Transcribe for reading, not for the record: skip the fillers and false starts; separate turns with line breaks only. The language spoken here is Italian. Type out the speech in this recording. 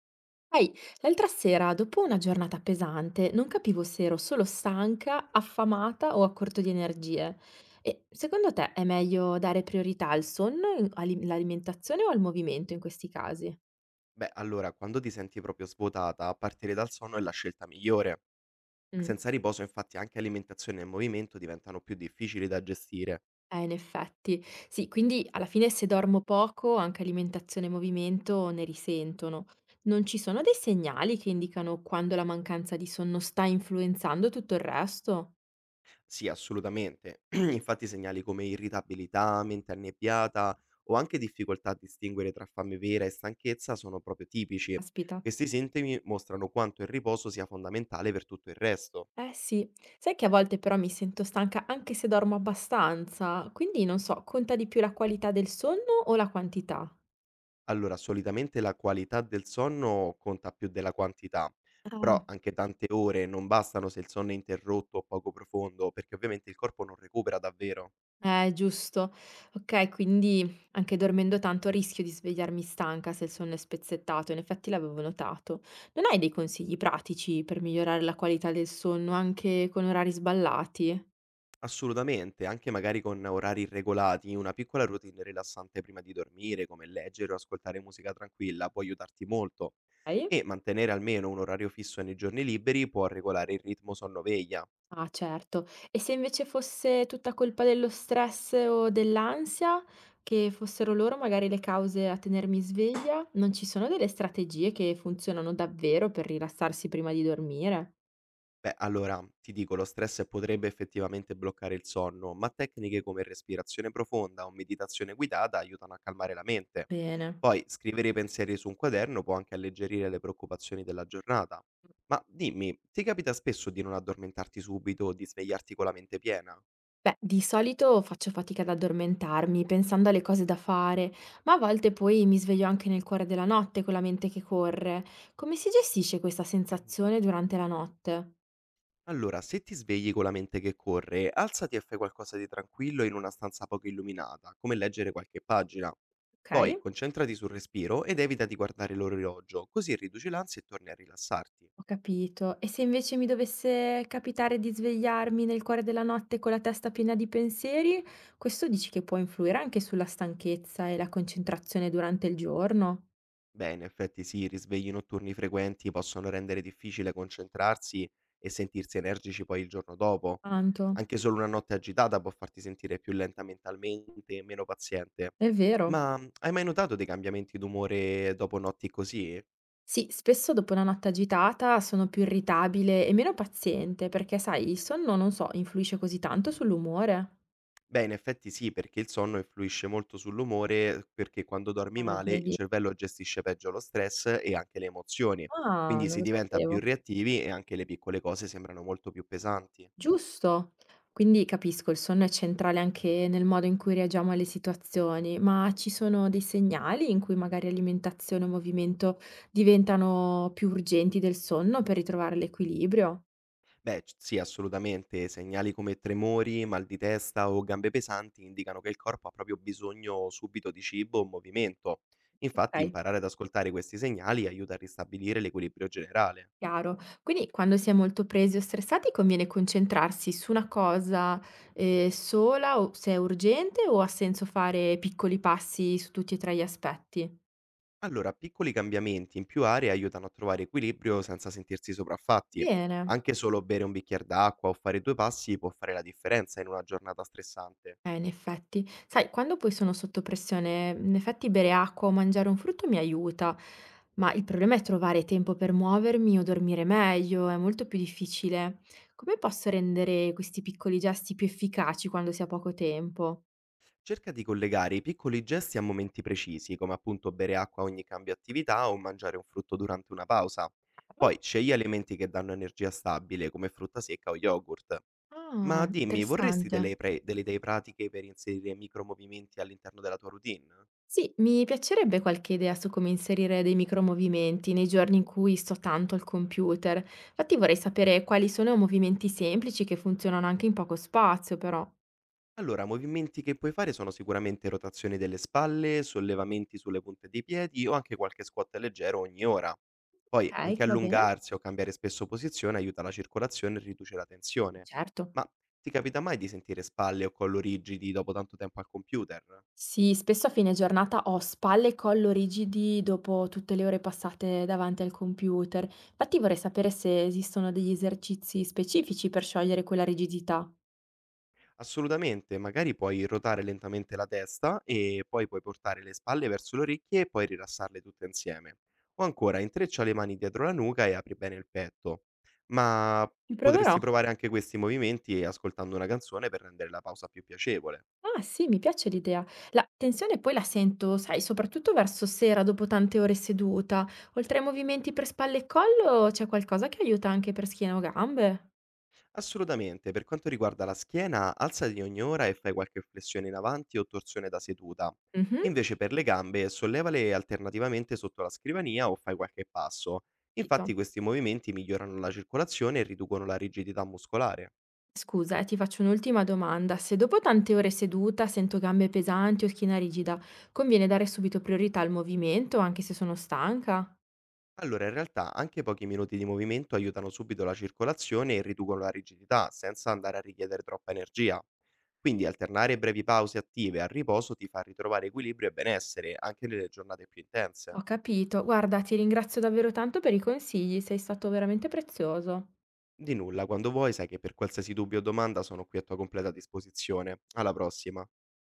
Sai, l'altra sera, dopo una giornata pesante, non capivo se ero solo stanca, affamata o a corto di energie. E secondo te è meglio dare priorità al sonno, all'alimentazione o al movimento in questi casi?
Beh, allora, quando ti senti proprio svuotata, partire dal sonno è la scelta migliore.
Mm,
Senza riposo, infatti, anche alimentazione e movimento diventano più difficili da gestire.
in effetti. Sì, quindi alla fine se dormo poco, anche alimentazione e movimento ne risentono. Non ci sono dei segnali che indicano quando la mancanza di sonno sta influenzando tutto il resto?
Sì, assolutamente. Infatti, segnali come irritabilità, mente annebbiata o anche difficoltà a distinguere tra fame vera e stanchezza sono proprio tipici.
Aspita.
Questi sintomi mostrano quanto il riposo sia fondamentale per tutto il resto.
Eh sì, sai che a volte però mi sento stanca anche se dormo abbastanza, quindi non so, conta di più la qualità del sonno o la quantità?
Allora, solitamente la qualità del sonno conta più della quantità,
Ah,
però anche tante ore non bastano se il sonno è interrotto o poco profondo, perché ovviamente il corpo non recupera davvero.
eh, giusto. Ok, quindi anche dormendo tanto rischio di svegliarmi stanca se il sonno è spezzettato, in effetti l'avevo notato. Non hai dei consigli pratici per migliorare la qualità del sonno anche con orari sballati?
Assolutamente, anche magari con orari irregolati, una piccola routine rilassante prima di dormire, come leggere o ascoltare musica tranquilla, può aiutarti molto.
Ok?
E mantenere almeno un orario fisso nei giorni liberi può regolare il ritmo sonno-veglia.
Ah, certo. E se invece fosse tutta colpa dello stress o dell'ansia, che fossero loro magari le cause a tenermi sveglia, non ci sono delle strategie che funzionano davvero per rilassarsi prima di dormire?
Beh, allora ti dico, lo stress potrebbe effettivamente bloccare il sonno, ma tecniche come respirazione profonda o meditazione guidata aiutano a calmare la mente.
Bene.
Poi scrivere i pensieri su un quaderno può anche alleggerire le preoccupazioni della giornata. Ma dimmi, ti capita spesso di non addormentarti subito o di svegliarti con la mente piena?
Beh, di solito faccio fatica ad addormentarmi pensando alle cose da fare, ma a volte poi mi sveglio anche nel cuore della notte con la mente che corre. Come si gestisce questa sensazione durante la notte?
Allora, se ti svegli con la mente che corre, alzati e fai qualcosa di tranquillo in una stanza poco illuminata, come leggere qualche pagina.
Ok?
Poi concentrati sul respiro ed evita di guardare l'orologio, così riduci l'ansia e torni a rilassarti.
Ho capito. E se invece mi dovesse capitare di svegliarmi nel cuore della notte con la testa piena di pensieri, questo dici che può influire anche sulla stanchezza e la concentrazione durante il giorno?
Beh, in effetti sì, i risvegli notturni frequenti possono rendere difficile concentrarsi e sentirsi energici poi il giorno dopo.
Tanto.
Anche solo una notte agitata può farti sentire più lenta mentalmente e meno paziente.
È vero.
Ma hai mai notato dei cambiamenti d'umore dopo notti così?
Sì, spesso dopo una notte agitata sono più irritabile e meno paziente perché, sai, il sonno, non so, influisce così tanto sull'umore.
Beh, in effetti sì, perché il sonno influisce molto sull'umore, perché quando dormi male il
Vedi?
cervello gestisce peggio lo stress e anche le emozioni,
Ah,
quindi
non
si
lo
diventa più
sapevo.
reattivi e anche le piccole cose sembrano molto più pesanti.
Giusto. Quindi capisco, il sonno è centrale anche nel modo in cui reagiamo alle situazioni, ma ci sono dei segnali in cui magari alimentazione o movimento diventano più urgenti del sonno per ritrovare l'equilibrio?
Beh, sì, assolutamente, segnali come tremori, mal di testa o gambe pesanti indicano che il corpo ha proprio bisogno subito di cibo o movimento. Infatti,
Ok,
imparare ad ascoltare questi segnali aiuta a ristabilire l'equilibrio generale.
chiaro. Quindi quando si è molto presi o stressati conviene concentrarsi su una cosa sola o se è urgente o ha senso fare piccoli passi su tutti e tre gli aspetti?
Allora, piccoli cambiamenti in più aree aiutano a trovare equilibrio senza sentirsi sopraffatti.
Bene.
Anche solo bere un bicchiere d'acqua o fare due passi può fare la differenza in una giornata stressante.
In effetti. Sai, quando poi sono sotto pressione, in effetti bere acqua o mangiare un frutto mi aiuta, ma il problema è trovare tempo per muovermi o dormire meglio, è molto più difficile. Come posso rendere questi piccoli gesti più efficaci quando si ha poco tempo?
Cerca di collegare i piccoli gesti a momenti precisi, come appunto bere acqua a ogni cambio attività o mangiare un frutto durante una pausa. Poi scegli alimenti che danno energia stabile, come frutta secca o yogurt.
Ah,
Ma dimmi,
interessante.
delle idee pratiche per inserire micromovimenti all'interno della tua routine?
Sì, mi piacerebbe qualche idea su come inserire dei micromovimenti nei giorni in cui sto tanto al computer. Infatti vorrei sapere quali sono movimenti semplici che funzionano anche in poco spazio, però.
Allora, movimenti che puoi fare sono sicuramente rotazioni delle spalle, sollevamenti sulle punte dei piedi o anche qualche squat leggero ogni ora. Poi anche
Ok, va bene.
allungarsi o cambiare spesso posizione aiuta la circolazione e riduce la tensione.
Certo.
Ma ti capita mai di sentire spalle o collo rigidi dopo tanto tempo al computer?
Sì, spesso a fine giornata ho spalle e collo rigidi dopo tutte le ore passate davanti al computer. Infatti vorrei sapere se esistono degli esercizi specifici per sciogliere quella rigidità.
Assolutamente, magari puoi ruotare lentamente la testa e poi puoi portare le spalle verso le orecchie e poi rilassarle tutte insieme. O ancora, intreccia le mani dietro la nuca e apri bene il petto. Ma
Ci proverò.
potresti provare anche questi movimenti ascoltando una canzone per rendere la pausa più piacevole.
Ah, sì, mi piace l'idea. La tensione poi la sento, sai, soprattutto verso sera dopo tante ore seduta. Oltre ai movimenti per spalle e collo, c'è qualcosa che aiuta anche per schiena o gambe?
Assolutamente, per quanto riguarda la schiena, alzati ogni ora e fai qualche flessione in avanti o torsione da seduta.
Mhm,
Invece per le gambe, sollevale alternativamente sotto la scrivania o fai qualche passo. Infatti
capito.
questi movimenti migliorano la circolazione e riducono la rigidità muscolare.
Scusa, ti faccio un'ultima domanda. Se dopo tante ore seduta sento gambe pesanti o schiena rigida, conviene dare subito priorità al movimento anche se sono stanca?
Allora, in realtà anche pochi minuti di movimento aiutano subito la circolazione e riducono la rigidità, senza andare a richiedere troppa energia. Quindi alternare brevi pause attive al riposo ti fa ritrovare equilibrio e benessere anche nelle giornate più intense.
Ho capito. Guarda, ti ringrazio davvero tanto per i consigli, sei stato veramente prezioso.
Di nulla, quando vuoi sai che per qualsiasi dubbio o domanda sono qui a tua completa disposizione. Alla prossima.